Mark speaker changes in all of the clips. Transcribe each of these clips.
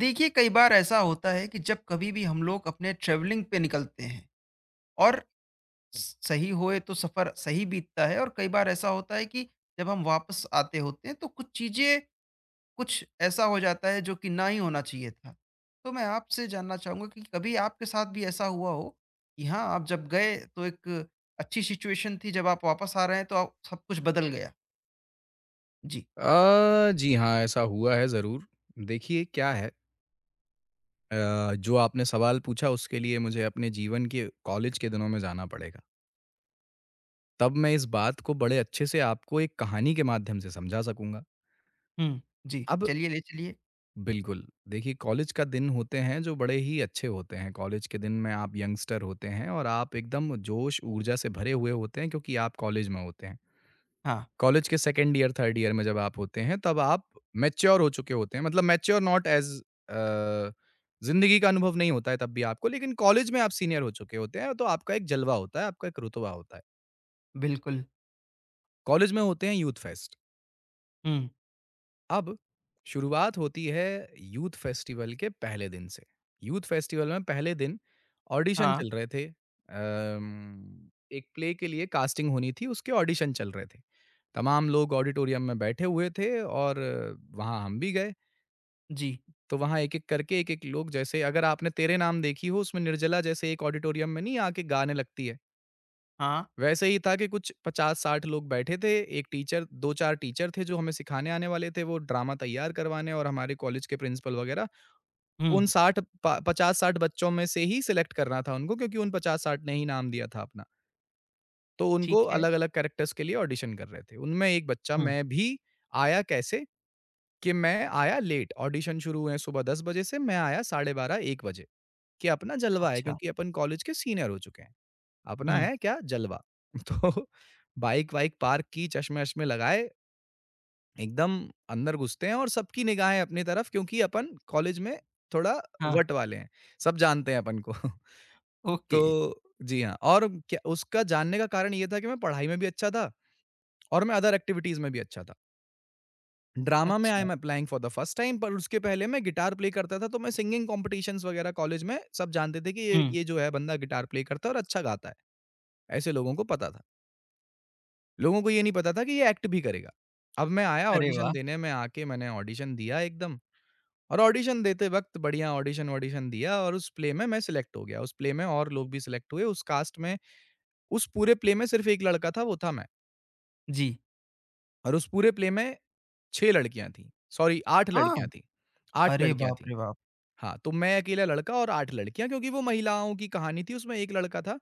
Speaker 1: देखिए, कई बार ऐसा होता है कि जब कभी भी हम लोग अपने ट्रैवलिंग पे निकलते हैं और
Speaker 2: Hmm.
Speaker 1: सही होए तो सफ़र सही बीतता है। और कई बार ऐसा होता है कि जब हम वापस आते होते हैं तो कुछ चीज़ें, कुछ ऐसा हो जाता है जो कि ना ही होना चाहिए था। तो मैं आपसे जानना चाहूँगा कि कभी आपके साथ भी ऐसा हुआ हो कि हाँ, आप जब गए तो एक अच्छी सिचुएशन थी, जब आप वापस आ रहे हैं तो आप सब कुछ बदल गया। जी।
Speaker 2: जी हाँ, ऐसा हुआ है ज़रूर। देखिए क्या है। जो आपने सवाल पूछा उसके लिए मुझे अपने जीवन के कॉलेज के दिनों में जाना पड़ेगा। तब मैं इस बात को बड़े अच्छे से आपको एक कहानी के माध्यम से समझा सकूँगा।
Speaker 1: हम्म। जी,
Speaker 2: अब
Speaker 1: चलिए ले चलिए।
Speaker 2: बिल्कुल, देखिए कॉलेज का दिन होते हैं जो बड़े ही अच्छे होते हैं। कॉलेज के दिन में आप यंगस्टर होते हैं और आप एकदम जोश, ऊर्जा से भरे हुए होते हैं क्योंकि आप कॉलेज में होते हैं।
Speaker 1: हाँ।
Speaker 2: कॉलेज के सेकंड ईयर, थर्ड ईयर में जब आप होते हैं तब आप मैच्योर हो चुके होते हैं। मतलब मैच्योर नॉट एज़, अ, ज़िंदगी का अनुभव नहीं होता है तब भी आपको, लेकिन कॉलेज में आप सीनियर हो चुके होते हैं तो आपका एक जलवा होता है, आपका एक रुतबा होता है।
Speaker 1: बिल्कुल।
Speaker 2: कॉलेज में होते हैं यूथ फेस्ट।
Speaker 1: हम्म।
Speaker 2: अब शुरुआत होती है यूथ फेस्टिवल के पहले दिन से। यूथ फेस्टिवल में पहले दिन ऑडिशन
Speaker 1: हाँ।
Speaker 2: चल रहे थे। एक प्ले के लिए कास्टिंग होनी थी, उसके ऑडिशन चल रहे थे। तमाम लोग ऑडिटोरियम में बैठे हुए थे और वहाँ हम भी गए।
Speaker 1: जी
Speaker 2: तो वहाँ एक-एक करके एक-एक लोग, जैसे अगर आपने तेरे नाम देखी हो उसमें निर्जला जैसे एक ऑडिटोरियम में नहीं आके गाने लगती है।
Speaker 1: हाँ।
Speaker 2: वैसे ही था कि कुछ 50-60 लोग बैठे थे, एक टीचर, 2-4 टीचर थे जो हमें सिखाने आने वाले थे, वो ड्रामा तैयार करवाने, और हमारे कॉलेज के प्रिंसिपल वगैरह।
Speaker 1: हम्म।
Speaker 2: उन 60 प 50-60 बच्चों में से ही सिलेक्ट करना था उनको, क्योंकि उन 50-60 ने ही नाम दिया था अपना। तो उनको
Speaker 1: ठीक है।
Speaker 2: अलग-अलग कैरेक्टर्स के लिए ऑडिशन कर रहे थे। उनमें एक बच्चा
Speaker 1: हुँ।
Speaker 2: मैं भी आया। कैसे? कि मैं आया लेट, ऑडिशन शुरू हुए सुबह 10 बजे से, मैं आया साढ़े 12-1 बजे, कि अपना जलवा है
Speaker 1: अच्छा।
Speaker 2: क्योंकि अपन कॉलेज के सीनियर हो चुके हैं। अपना
Speaker 1: हुँ।
Speaker 2: है क्या जलवा। तो बाइक-वाइक पार्क की, चश्मे-वश्मे लगाए, एकदम अंदर घुसते हैं और सबकी निगाहें अपनी तरफ, क्योंकि अपन कॉलेज में थोड़ा
Speaker 1: हाँ।
Speaker 2: वट वाले हैं, सब जानते हैं अपन को।
Speaker 1: ओके।
Speaker 2: तो जी हाँ, और क्या उसका जानने का कारण ये था कि मैं पढ़ाई में भी अच्छा था और मैं अदर एक्टिविटीज़ में भी अच्छा था। ड्रामा में आई
Speaker 1: अच्छा।
Speaker 2: Am applying for the first time, पर उसके पहले मैं गिटार प्ले करता था, तो मैं सिंगिंग कॉम्पिटिशन्स वगैरह कॉलेज में, सब जानते थे कि ये
Speaker 1: हुँ।
Speaker 2: ये जो है बंदा गिटार प्ले करता है और अच्छा गाता है। ऐसे लोगों को पता था। लोगों को ये नहीं पता था कि ये एक्ट भी करेगा। अब मैं आया
Speaker 1: अरे
Speaker 2: ऑडिशन
Speaker 1: वाह!
Speaker 2: देने, में आके मैंने ऑडिशन दिया एकदम, और ऑडिशन देते वक़्त बढ़िया ऑडिशन-वॉडिशन दिया और उस प्ले में मैं सिलेक्ट हो गया। उस प्ले में और लोग भी सिलेक्ट हुए। उस कास्ट में, उस पूरे प्ले में सिर्फ़ 1 लड़का था, वो था मैं।
Speaker 1: जी।
Speaker 2: और उस पूरे प्ले में 6 लड़कियाँ थीं। सॉरी, 8
Speaker 1: हाँ।
Speaker 2: लड़कियाँ थीं। 8
Speaker 1: अरे
Speaker 2: लड़कियाँ
Speaker 1: बाप
Speaker 2: थीं।
Speaker 1: रे बाप!
Speaker 2: हाँ, तो मैं अकेला लड़का और 8 लड़कियाँ, क्योंकि वो महिलाओं की कहानी थी, उसमें 1 लड़का था।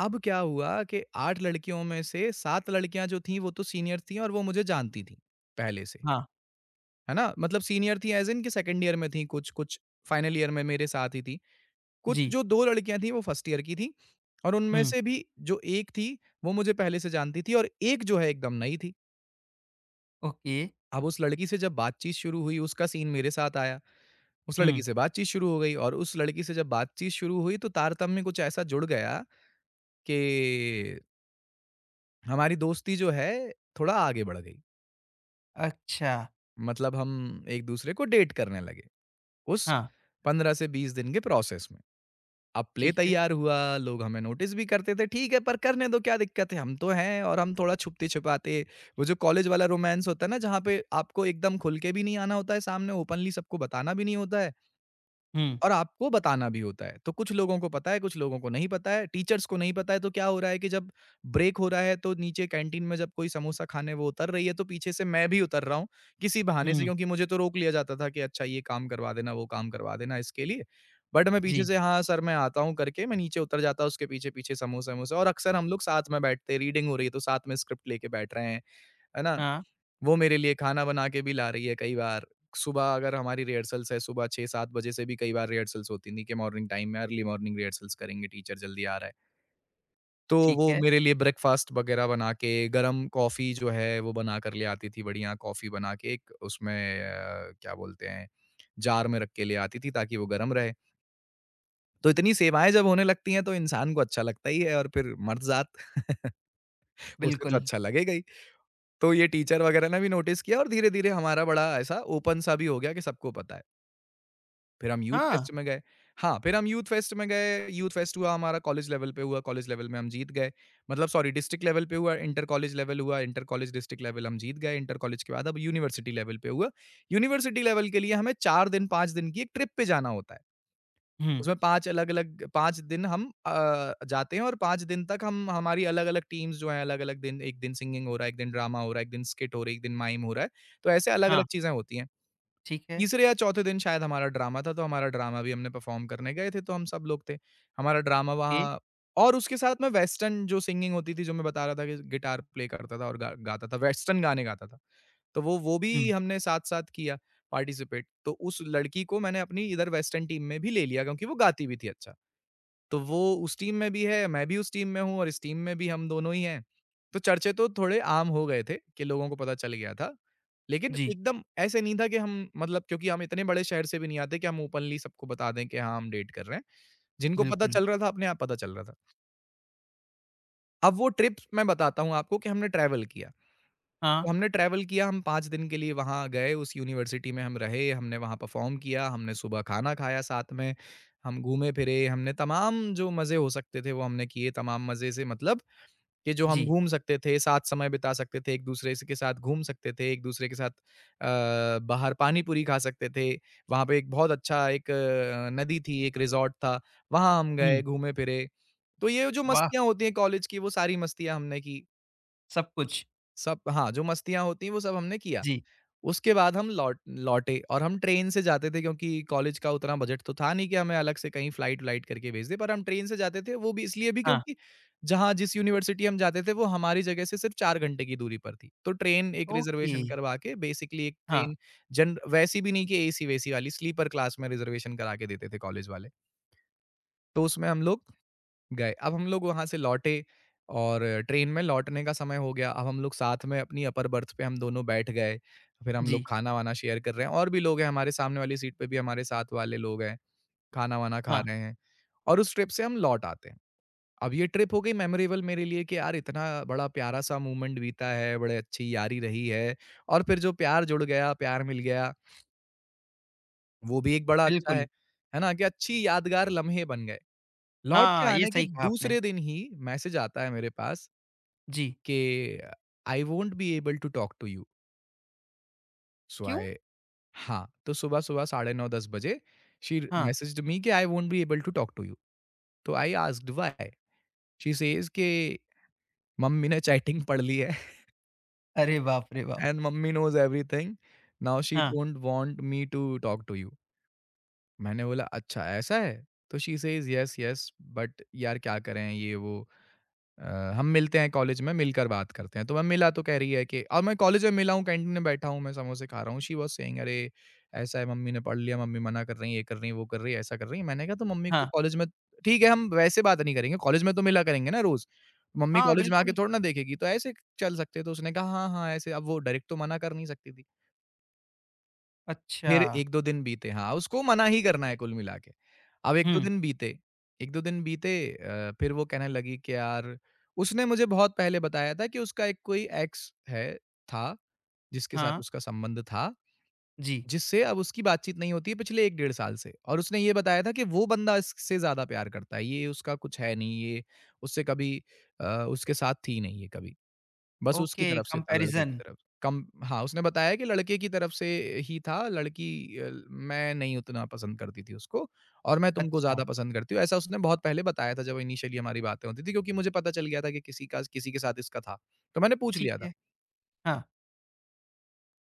Speaker 2: अब क्या हुआ कि 8 लड़कियों में से 7 लड़कियाँ जो थीं वो तो सीनियर थीं और वो मुझे जानती थीं, पहले से,
Speaker 1: हाँ।
Speaker 2: है ना? मतलब सीनियर थीं ऐज़ इन, कि सेकंड ईयर में थीं कुछ, कुछ फाइनल ईयर में मेरे साथ ही थीं। कुछ
Speaker 1: जी।
Speaker 2: जो 2 लड़कियाँ थीं वो फर्स्ट ईयर की थीं, और उनमें
Speaker 1: हुँ।
Speaker 2: से भी जो 1 थी वो मुझे पहले से जानती थी, और 1 जो है एकदम नई थी।
Speaker 1: ओके।
Speaker 2: अब उस लड़की से जब बातचीत शुरू हुई, उसका सीन मेरे साथ आया। उस लड़की
Speaker 1: हुँ।
Speaker 2: से बातचीत शुरू हो गई, और उस लड़की से जब बातचीत शुरू हुई तो तारतम्य कुछ ऐसा जुड़ गया कि हमारी दोस्ती जो है थोड़ा आगे बढ़ गई।
Speaker 1: अच्छा।
Speaker 2: मतलब हम एक दूसरे को डेट करने लगे, उस
Speaker 1: हाँ।
Speaker 2: 15 से 20 दिन के प्रोसेस में। अब प्ले
Speaker 1: ठीक है।
Speaker 2: तैयार हुआ, लोग हमें नोटिस भी करते थे, ठीक है पर करने दो, क्या दिक्कत है, हम तो हैं, और हम थोड़ा छुपते-छिपाते, वो जो कॉलेज वाला रोमांस होता है ना, जहाँ पे आपको एकदम खुल के भी नहीं आना होता है सामने, ओपनली सबको बताना भी नहीं होता है
Speaker 1: हुँ,
Speaker 2: और आपको बताना भी होता है। तो कुछ लोगों को पता है, कुछ लोगों को नहीं पता है, टीचर्स को नहीं पता है, तो क्या हो रहा है कि जब ब्रेक हो रहा है तो नीचे कैंटीन में जब कोई समोसा खाने वो उतर रही है, तो पीछे से मैं भी उतर रहा हूँ, किसी बहाने से,
Speaker 1: हुँ।
Speaker 2: क्योंकि मुझे तो रोक लिया जाता था कि अच्छा ये काम करवा देना, वो काम करवा देना, इसके लिए। बट मैं पीछे
Speaker 1: जी।
Speaker 2: से हाँ, सर मैं आता हूँ करके, मैं नीचे उतर जाता उसके पीछे-पीछे, समोसे-वमोसे, और अक्सर हम लोग साथ में बैठते हैं, रीडिंग हो रही है तो साथ में स्क्रिप्ट लेके बैठ रहे हैं, है ना?
Speaker 1: हाँ।
Speaker 2: वो मेरे लिए खाना बना के भी ला रही है कई बार। सुबह अगर हमारी रिहर्सल्स है, सुबह 6-7 बजे से भी कई बार रिहर्सल्स होती थी, कि मॉर्निंग टाइम में अर्ली मॉर्निंग रिहर्सल्स करेंगे, टीचर जल्दी आ रहा है। तो वो
Speaker 1: ठीक है।
Speaker 2: मेरे लिए ब्रेकफ़ास्ट वगैरह बना के, गरम कॉफ़ी जो है वो बना कर ले आती थी, बढ़िया कॉफ़ी बना के एक उसमें, क्या बोलते हैं, जार में रख के ले आती थी ताकि वो गरम रहे। तो इतनी सेवाएँ जब होने लगती हैं तो इंसान को अच्छा लगता ही है, और फिर मर्द ज़ात उसे तो
Speaker 1: बिल्कुल।
Speaker 2: अच्छा लगेगा ही। तो ये टीचर वगैरह ने भी नोटिस किया, और धीरे-धीरे हमारा बड़ा ऐसा ओपन सा भी हो गया कि सबको पता है। फिर हम यूथ
Speaker 1: हाँ।
Speaker 2: फेस्ट में गए, हाँ, फिर हम यूथ फेस्ट में गए, यूथ फेस्ट हुआ, हमारा कॉलेज लेवल पे हुआ, कॉलेज लेवल में हम जीत गए। मतलब सॉरी, डिस्ट्रिक्ट लेवल पे हुआ, इंटर कॉलेज लेवल हुआ, इंटर कॉलेज डिस्ट्रिक्ट लेवल हम जीत गए, इंटर कॉलेज के बाद अब यूनिवर्सिटी लेवल पे हुआ। यूनिवर्सिटी लेवल के लिए हमें 4 दिन, 5 दिन की एक ट्रिप पे जाना होता है।
Speaker 1: हुँ।
Speaker 2: उसमें 5 अलग-अलग, 5 दिन हम जाते हैं, और 5 दिन तक हम हमारी अलग-अलग टीम्स जो हैं, अलग-अलग दिन, एक दिन सिंगिंग हो रहा है, एक दिन ड्रामा हो रहा है, एक दिन स्किट हो रही है, एक दिन माइम हो रहा है। तो ऐसे
Speaker 1: हाँ।
Speaker 2: अलग-अलग चीज़ें होती हैं।
Speaker 1: ठीक है।
Speaker 2: तीसरे या चौथे दिन शायद हमारा ड्रामा था, तो हमारा ड्रामा भी, हमने परफ़ॉर्म करने गए थे, तो हम सब लोग थे। हमारा ड्रामा
Speaker 1: ओके।
Speaker 2: वहाँ, और उसके साथ मैं वेस्टर्न जो सिंगिंग होती थी, जो मैं बता रहा था कि गिटार प्ले करता था और गा गाता था, वेस्टर्न गाने गाता था। तो वो भी
Speaker 1: हुँ।
Speaker 2: हमने साथ-साथ किया, पार्टिसिपेट। तो उस लड़की को मैंने अपनी इधर वेस्टर्न टीम में भी ले लिया, क्योंकि वो गाती भी थी अच्छा। तो वो उस टीम में भी है, मैं भी उस टीम में हूँ और इस टीम में भी हम दोनों ही हैं। तो चर्चे तो थोड़े आम हो गए थे, कि लोगों को पता चल गया था। लेकिन
Speaker 1: जी।
Speaker 2: एकदम ऐसे नहीं था कि हम, मतलब क्योंकि हम इतने बड़े शहर से भी नहीं आते कि हम ओपनली सबको बता दें कि हाँ, हम डेट कर रहे हैं। जिनको पता
Speaker 1: बिल्कुल।
Speaker 2: चल रहा था, अपने आप पता चल रहा था। अब वो ट्रिप मैं बताता हूँ आपको कि हमने ट्रैवल किया।
Speaker 1: हाँ।
Speaker 2: तो हमने ट्रैवल किया, हम 5 दिन के लिए वहाँ गए, उस यूनिवर्सिटी में हम रहे, हमने वहाँ परफ़ॉर्म किया, हमने सुबह खाना खाया साथ में, हम घूमे-फिरे, हमने तमाम जो मज़े हो सकते थे वो हमने किए, तमाम मज़े से मतलब कि जो हम
Speaker 1: जी।
Speaker 2: घूम सकते थे, साथ समय बिता सकते थे, एक-दूसरे से के साथ घूम सकते थे, एक-दूसरे के साथ बाहर पानी-पूरी खा सकते थे। वहाँ पे एक बहुत अच्छा एक नदी थी, एक रिज़ॉर्ट था, वहाँ हम गए,
Speaker 1: हुँ।
Speaker 2: घूमे-फिरे। तो ये जो
Speaker 1: वाह!
Speaker 2: मस्तियाँ होती हैं कॉलेज की, वो सारी मस्तियाँ हमने की।
Speaker 1: सब कुछ।
Speaker 2: सब हाँ, जो मस्तियाँ होती हैं वो सब हमने किया।
Speaker 1: जी।
Speaker 2: उसके बाद हम लौटे और हम ट्रेन से जाते थे, क्योंकि कॉलेज का उतना बजट तो था नहीं कि हमें अलग से कहीं फ्लाइट-व्लाइट करके भेज दें, पर हम ट्रेन से जाते थे, वो भी इसलिए भी
Speaker 1: हाँ।
Speaker 2: क्योंकि जहाँ जिस यूनिवर्सिटी हम जाते थे, वो हमारी जगह से सिर्फ 4 घंटे की दूरी पर थी। तो ट्रेन एक
Speaker 1: ओके।
Speaker 2: रिज़र्वेशन करवा के बेसिकली, एक
Speaker 1: हाँ।
Speaker 2: ट्रेन जन वैसी भी नहीं कि एसी-वेसी वाली, स्लीपर क्लास में रिज़र्वेशन करा के देते थे कॉलेज वाले। तो उसमें हम लोग गए। अब हम लोग वहाँ से लौटे, और ट्रेन में लौटने का समय हो गया। अब हम लोग साथ में अपनी अपर बर्थ पे हम दोनों बैठ गए। फिर हम लोग
Speaker 1: जी।
Speaker 2: खाना-वाना शेयर कर रहे हैं, और भी लोग हैं हमारे सामने वाली सीट पे भी, हमारे साथ वाले लोग हैं। खाना-वाना खा
Speaker 1: हाँ।
Speaker 2: रहे हैं और उस ट्रिप से हम लौट आते हैं। अब ये ट्रिप हो गई मेमोरेबल मेरे लिए, कि यार इतना बड़ा प्यारा-सा मोमेंट बीता है, बड़े अच्छी यारी रही है और फिर जो प्यार जुड़ गया, प्यार मिल गया, वो भी एक बड़ा अच्छा है।
Speaker 1: बिल्कुल।
Speaker 2: है ना? कि अच्छी यादगार लम्हे बन गए। लौट के
Speaker 1: हाँ, ये
Speaker 2: आने के
Speaker 1: सही कहा आपने।
Speaker 2: दूसरे दिन ही मैसेज आता है मेरे पास
Speaker 1: जी।
Speaker 2: कि I won't be able to talk to you so
Speaker 1: क्यों?
Speaker 2: आई हाँ, तो सुबह-सुबह साढ़े 9 10 बजे शी
Speaker 1: हाँ।
Speaker 2: मैसेज्ड मी कि I won't be able to talk to you. तो I asked why? She says कि मम्मी ने चैटिंग पढ़ ली है।
Speaker 1: अरे बाप रे बाप!
Speaker 2: And mummy knows everything. Now she
Speaker 1: हाँ,
Speaker 2: don't want me to talk to you. मैंने बोला अच्छा ऐसा है? तो she says yes yes but यार क्या करें ये वो। अ, हम मिलते हैं कॉलेज में, मिलकर बात करते हैं। तो मैं मिला तो कह रही है कि और मैं कॉलेज में मिला हूँ, कैंटीन में बैठा हूँ, मैं समोसे खा रहा हूँ। शी वाज़ सेइंग अरे! ऐसा है मम्मी ने पढ़ लिया, मम्मी मना कर रही हैं, ये कर रही हैं, वो कर रही हैं, ऐसा कर रही हैं। मैंने कहा तो मम्मी को
Speaker 1: हाँ।
Speaker 2: कॉलेज में ठीक है हम वैसे बात नहीं करेंगे, कॉलेज में तो मिला करेंगे ना रोज़। मम्मी
Speaker 1: हाँ,
Speaker 2: कॉलेज में आके
Speaker 1: बिल्कुल।
Speaker 2: थोड़ी ना देखेगी, तो ऐसे चल सकते हैं। तो उसने कहा हाँ, हाँ ऐसे अब वो डायरेक्ट तो मना कर नहीं सकती थी।
Speaker 1: अच्छा।
Speaker 2: फिर 1-2 दिन बीते, हाँ, उसको मना ही करना है कुल मिला के। अब 1-2
Speaker 1: हुँ,
Speaker 2: दिन बीते फिर वो कहने लगी कि यार उसने मुझे बहुत पहले बताया था कि उसका एक कोई एक्स है था, जिसके साथ
Speaker 1: हाँ।
Speaker 2: उसका संबंध था,
Speaker 1: जी।
Speaker 2: जिससे अब उसकी बातचीत नहीं होती है पिछले 1 डेढ़ साल से और उसने ये बताया था कि वो बंदा इससे ज़्यादा प्यार करता है, ये उसका कुछ है नहीं, ये उससे कभी उसके साथ थी नहीं ये कभी। बस उसकी
Speaker 1: ओके,
Speaker 2: तरफ से था, लड़के की
Speaker 1: कंपैरिज़न।
Speaker 2: तरफ कम हाँ, उसने बताया कि लड़के की तरफ से ही था, मैं नहीं उतना पसंद करती थी उसको और मैं तुमको
Speaker 1: अच्छा।
Speaker 2: ज़्यादा पसंद करती हूँ। ऐसा उसने बहुत पहले बताया था, जब इनिशियली हमारी बातें होती थी क्योंकि मुझे पता चल गया था कि किसी का किसी के साथ इसका था। तो मैंने पूछ
Speaker 1: ठीक
Speaker 2: लिया था।
Speaker 1: है। हाँ,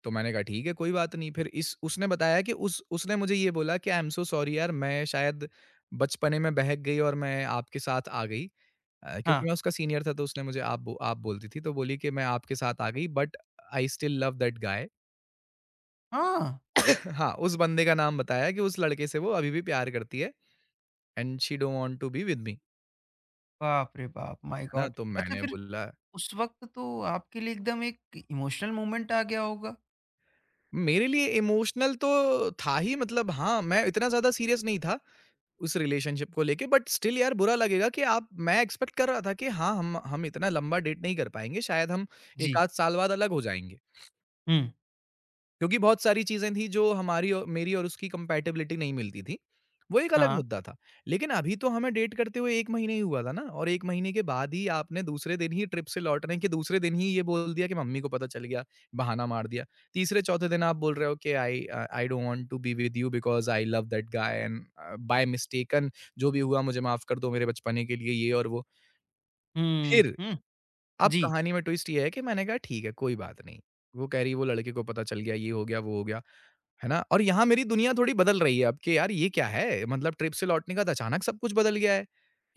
Speaker 2: तो मैंने कहा ठीक है, कोई बात नहीं। फिर इस उसने बताया कि उस उसने मुझे ये बोला कि आई एम सो सॉरी यार मैं शायद बचपने में बहक गई और मैं आपके साथ आ गई। क्योंकि
Speaker 1: हाँ।
Speaker 2: मैं उसका सीनियर था तो उसने मुझे आप बोलती थी तो बोली कि मैं आपके साथ आ गई but I still love that guy.
Speaker 1: हाँ!
Speaker 2: हाँ, उस बंदे का नाम बताया कि उस लड़के से वो अभी भी प्यार करती है and she don't want to be with me.
Speaker 1: बाप रे बाप! माय
Speaker 2: है ना?
Speaker 1: गॉड!
Speaker 2: तो
Speaker 1: अच्छा
Speaker 2: मैंने
Speaker 1: फिर
Speaker 2: बोला
Speaker 1: उस वक़्त तो आपके लिए एकदम एक इमोशनल मोमेंट आ गया होगा?
Speaker 2: मेरे लिए इमोशनल तो था ही मतलब हाँ, मैं इतना ज़्यादा सीरियस नहीं था उस रिलेशनशिप को लेके बट स्टिल यार बुरा लगेगा कि आप मैं एक्सपेक्ट कर रहा था कि हाँ, हम इतना लंबा डेट नहीं कर पाएँगे शायद हम 1
Speaker 1: जी।
Speaker 2: आध साल बाद अलग हो जाएँगे।
Speaker 1: हुँ,
Speaker 2: क्योंकि बहुत सारी चीज़ें थी जो हमारी और मेरी और उसकी कंपैटिबिलिटी नहीं मिलती थी। वो एक अलग
Speaker 1: हाँ।
Speaker 2: मुद्दा था। लेकिन अभी तो हमें डेट करते हुए 1 महीने ही हुआ था ना और 1 महीने के बाद ही आपने दूसरे दिन ही ट्रिप से लौटने के दूसरे दिन ही ये बोल दिया कि मम्मी को पता चल गया, बहाना मार दिया। तीसरे-चौथे दिन आप बोल रहे हो कि I don't want to be with you because I love that guy and by mistaken जो भी हुआ मुझे माफ़ कर दो मेरे बचपने के लिए ये और वो।
Speaker 1: हुँ,
Speaker 2: फिर
Speaker 1: हुँ।
Speaker 2: अब
Speaker 1: जी।
Speaker 2: कहानी में ट्विस्ट ये है कि मैंने कहा ठीक है, कोई बात नहीं। वो कह रही है वो लड़के को पता चल गया, ये हो गया, वो हो गया। है ना? और यहाँ मेरी दुनिया थोड़ी बदल रही है अब कि यार ये क्या है? मतलब ट्रिप से लौटने के बाद अचानक सब कुछ बदल गया है।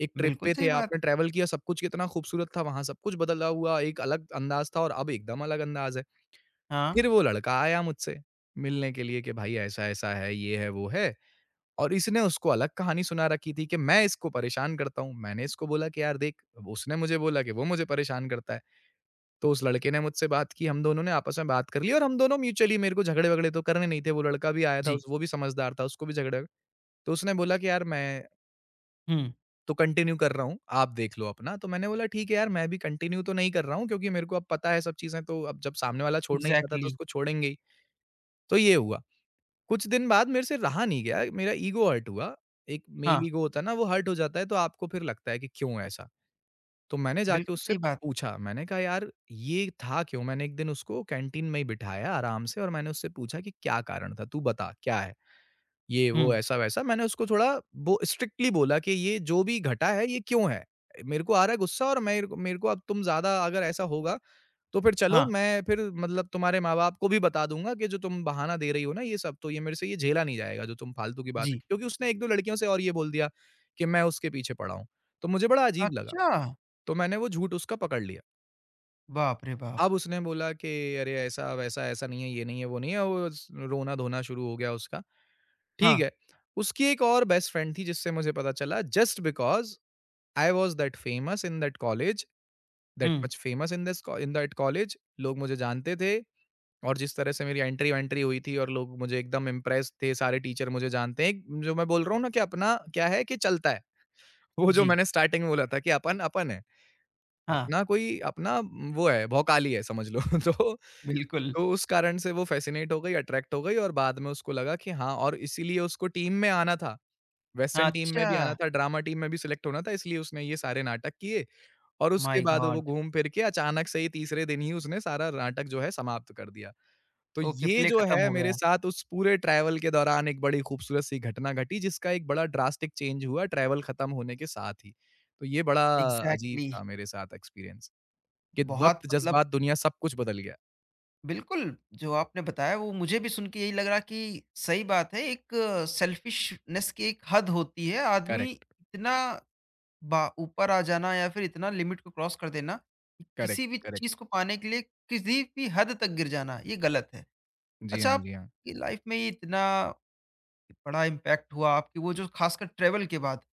Speaker 2: एक ट्रिप
Speaker 1: बिल्कुल
Speaker 2: पे थे,
Speaker 1: सही बात।
Speaker 2: आपने ट्रैवल किया, सब कुछ कितना खूबसूरत था, वहाँ सब कुछ बदला हुआ, एक अलग अंदाज़ था और अब एकदम अलग अंदाज़ है।
Speaker 1: हाँ।
Speaker 2: फिर वो लड़का आया मुझसे मिलने के लिए कि भाई ऐसा-ऐसा है, ये है, वो है और इसने उसको अलग कहानी सुना रखी थी कि मैं इसको परेशान करता हूँ। मैंने इसको बोला कि यार देख, उसने मुझे बोला कि वो मुझे परेशान करता है। तो उस लड़के ने मुझसे बात की, हम दोनों ने आपस में बात कर ली और हम दोनों म्यूचुअली मेरे को झगड़े-वगड़े तो करने नहीं थे, वो लड़का भी आया था,
Speaker 1: जी।
Speaker 2: उस वो भी समझदार था, उसको भी झगड़ा तो उसने बोला कि यार मैं
Speaker 1: हुँ।
Speaker 2: तो कंटिन्यू कर रहा हूँ, आप देख लो अपना। तो मैंने बोला ठीक है यार, मैं भी कंटिन्यू तो नहीं कर रहा हूँ क्योंकि मेरे को अब पता है सब चीज़ें, तो अब जब सामने वाला छोड़ना ही चाहता तो
Speaker 1: इग्ज़ैक्टली।
Speaker 2: उसको छोड़ेंगे ही। तो ये हुआ। कुछ दिन बाद मेरे से रहा नहीं गया, मेरा ईगो हर्ट हुआ। एक
Speaker 1: हाँ।
Speaker 2: मेल ईगो होता है ना, वो हर्ट हो जाता है, तो आपको फिर लगता है कि क्यों ऐसा? तो मैंने जाके
Speaker 1: बिल्कुल
Speaker 2: उससे
Speaker 1: सही बात।
Speaker 2: पूछा, मैंने कहा यार ये था क्यों? मैंने एक दिन उसको कैंटीन में ही बिठाया आराम से और मैंने उससे पूछा कि क्या कारण था? तू बता क्या है? ये वो
Speaker 1: हुँ,
Speaker 2: ऐसा-वैसा मैंने उसको थोड़ा बो स्ट्रिक्टली बोला कि ये जो भी घटा है ये क्यों है? मेरे को आ रहा है गुस्सा और मेरे को अब तुम ज़्यादा अगर ऐसा होगा तो फिर चलो
Speaker 1: हाँ।
Speaker 2: मैं फिर मतलब तुम्हारे माँ-बाप को भी बता दूँगा कि जो तुम बहाना दे रही हो ना ये सब तो ये मेरे से ये झेला नहीं जाएगा जो तुम फालतू की बातें
Speaker 1: जी।
Speaker 2: क्योंकि उसने 1-2 लड़कियों से और ये बोल दिया कि मैं उसके पीछे पड़ा हूँ। तो मुझे बड़ा अजीब लगा।
Speaker 1: अच्छा!
Speaker 2: तो मैंने वो झूठ उसका पकड़ लिया।
Speaker 1: बाप रे बाप!
Speaker 2: अब उसने बोला कि अरे ऐसा-वैसा, ऐसा नहीं है, ये नहीं है, वो नहीं है, वो स रोना-धोना शुरू हो गया उसका।
Speaker 1: हाँ।
Speaker 2: ठीक है, उसकी एक और बेस्ट फ्रेंड थी जिससे मुझे पता चला just because I was that famous in that college, that
Speaker 1: हुँ।
Speaker 2: Much famous in that college लोग मुझे जानते थे और जिस तरह से मेरी एंट्री-वैंट्री हुई थी और लोग मुझे एकदम इम्प्रेस्ड थे, सारे टीचर मुझे जानते हैं। एक जो मैं बोल रहा हूँ ना कि अपना क्या है कि चलता है। वो जो
Speaker 1: जी।
Speaker 2: मैंने स्टार्टिंग में बोला था कि अपन, अपन है।
Speaker 1: हाँ।
Speaker 2: अपना कोई अपना वो है, भौकाली है समझ लो। तो
Speaker 1: बिल्कुल।
Speaker 2: तो उस कारण से वो फ़ैसिनेट हो गई, अट्रैक्ट हो गई और बाद में उसको लगा कि हाँ और इसीलिए उसको टीम में आना था।
Speaker 1: हाँ।
Speaker 2: वेस्टर्न टीम में भी आना
Speaker 1: अच्छा।
Speaker 2: था, ड्रामा टीम में भी सिलेक्ट होना था, इसलिए उसने ये सारे नाटक किए और उसके
Speaker 1: माय
Speaker 2: बाद वो
Speaker 1: गॉड!
Speaker 2: घूम फिर के अचानक से ही तीसरे दिन ही उसने सारा नाटक जो है समाप्त कर दिया। तो
Speaker 1: ओके,
Speaker 2: ये
Speaker 1: प्ले
Speaker 2: जो
Speaker 1: खत्म
Speaker 2: है
Speaker 1: हो
Speaker 2: मेरे
Speaker 1: गया।
Speaker 2: साथ उस पूरे ट्रैवल के दौरान एक बड़ी खूबसूरत सी घटना घटी जिसका एक बड़ा ड्रास्टिक चेंज हुआ ट्रैवल खत्म होने के साथ ही। तो ये बड़ा अजीब
Speaker 1: एग्ज़ैक्टली।
Speaker 2: था मेरे साथ एक्सपीरियंस। कि
Speaker 1: बहुत
Speaker 2: वक़्त,
Speaker 1: मतलब,
Speaker 2: जज़्बात, दुनिया सब कुछ बदल गया।
Speaker 1: बिल्कुल, जो आपने बताया वो मुझे भी सुन के यही लग रहा कि सही बात है। एक सेल्फिशनेस की एक हद होती है। आदमी
Speaker 2: करेक्ट,
Speaker 1: इतना बा ऊपर आ जाना या फिर इतना लिमिट को क्रॉस कर देना, कि
Speaker 2: करेक्ट,
Speaker 1: किसी भी चीज़
Speaker 2: करेक्ट।
Speaker 1: को पाने के लिए किसी भी हद तक गिर जाना, ये गलत है।
Speaker 2: जी
Speaker 1: अच्छा,
Speaker 2: हाँ, जी हाँ।
Speaker 1: आपकी लाइफ में ये इतना बड़ा इम्पैक्ट हुआ आपकी, वो जो खासकर ट्रैवल के बाद।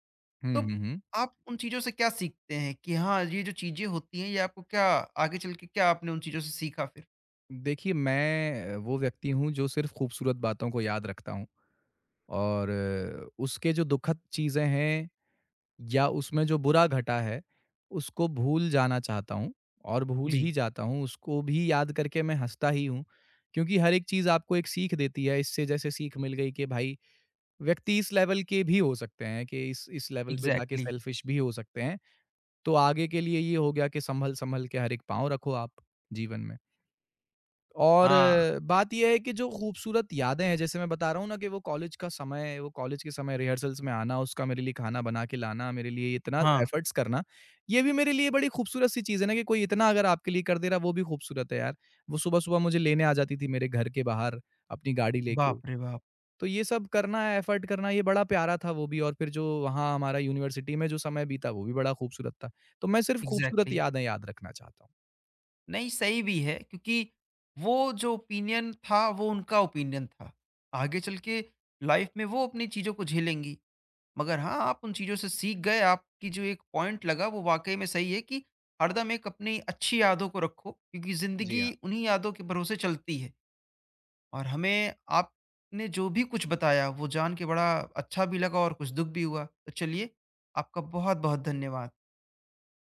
Speaker 2: हुँ,
Speaker 1: तो
Speaker 2: हुँ, हुँ।
Speaker 1: आप उन चीज़ों से क्या सीखते हैं कि हाँ, ये जो चीज़ें होती हैं, ये आपको क्या, आगे चल के क्या आपने उन चीज़ों से सीखा फिर?
Speaker 2: देखिए मैं वो व्यक्ति हूँ जो सिर्फ़ खूबसूरत बातों को याद रखता हूँ और उसके जो दुखद चीज़ें हैं या उसमें जो बुरा घटा है, उसको भूल जाना चाहता हूँ और भूल ही
Speaker 1: जी।
Speaker 2: जाता हूँ, उसको भी याद करके मैं हँसता ही हूँ। क्योंकि हर एक चीज़ आपको एक सीख देती है, इससे जैसे सीख मिल गई कि भाई व्यक्ति इस लेवल के भी हो सकते हैं कि इस लेवल पे जाके
Speaker 1: एग्ज़ैक्टली।
Speaker 2: सेल्फ़िश भी हो सकते हैं। तो आगे के लिए ये हो गया कि संभल-संभल के हर एक पाँव रखो आप जीवन में। और
Speaker 1: हाँ,
Speaker 2: बात ये है कि जो खूबसूरत यादें हैं, जैसे मैं बता रहा हूँ ना कि वो कॉलेज का समय, वो कॉलेज के समय रिहर्सल्स में आना, उसका मेरे लिए खाना बना के लाना, मेरे लिए इतना
Speaker 1: हाँ।
Speaker 2: एफर्ट्स करना, ये भी मेरे लिए बड़ी खूबसूरत सी चीज़ है ना कि कोई इतना अगर आपके लिए कर दे रहा है, वो भी खूबसूरत है यार। वो सुबह-सुबह मुझे लेने आ जाती थी मेरे घर के बाहर अपनी गाड़ी लेके।
Speaker 1: बाप रे बाप!
Speaker 2: तो ये सब करना है, एफर्ट करना, ये बड़ा प्यारा था वो भी और फिर जो वहाँ हमारा यूनिवर्सिटी में जो समय बीता, वो भी बड़ा खूबसूरत था। तो मैं सिर्फ़ खूबसूरत
Speaker 1: एग्ज़ैक्टली।
Speaker 2: यादें याद रखना चाहता हूँ।
Speaker 1: नहीं, सही भी है, क्योंकि वो जो ओपिनियन था, वो उनका ओपिनियन था। आगे चल के लाइफ़ में वो अपनी चीज़ों को झेलेंगी। मगर हाँ, आप उन चीज़ों से सीख गए। आपकी जो एक पॉइंट लगा, वो वाक़ई में सही है कि हरदम एक अपनी अच्छी यादों को रखो, क्योंकि
Speaker 2: जी।
Speaker 1: ज़िंदगी उन्हीं यादों के भरोसे चलती है। और हमें आपने जो भी कुछ बताया वो जान के बड़ा अच्छा भी लगा और कुछ दुःख भी हुआ। तो चलिए, आपका बहुत-बहुत धन्यवाद।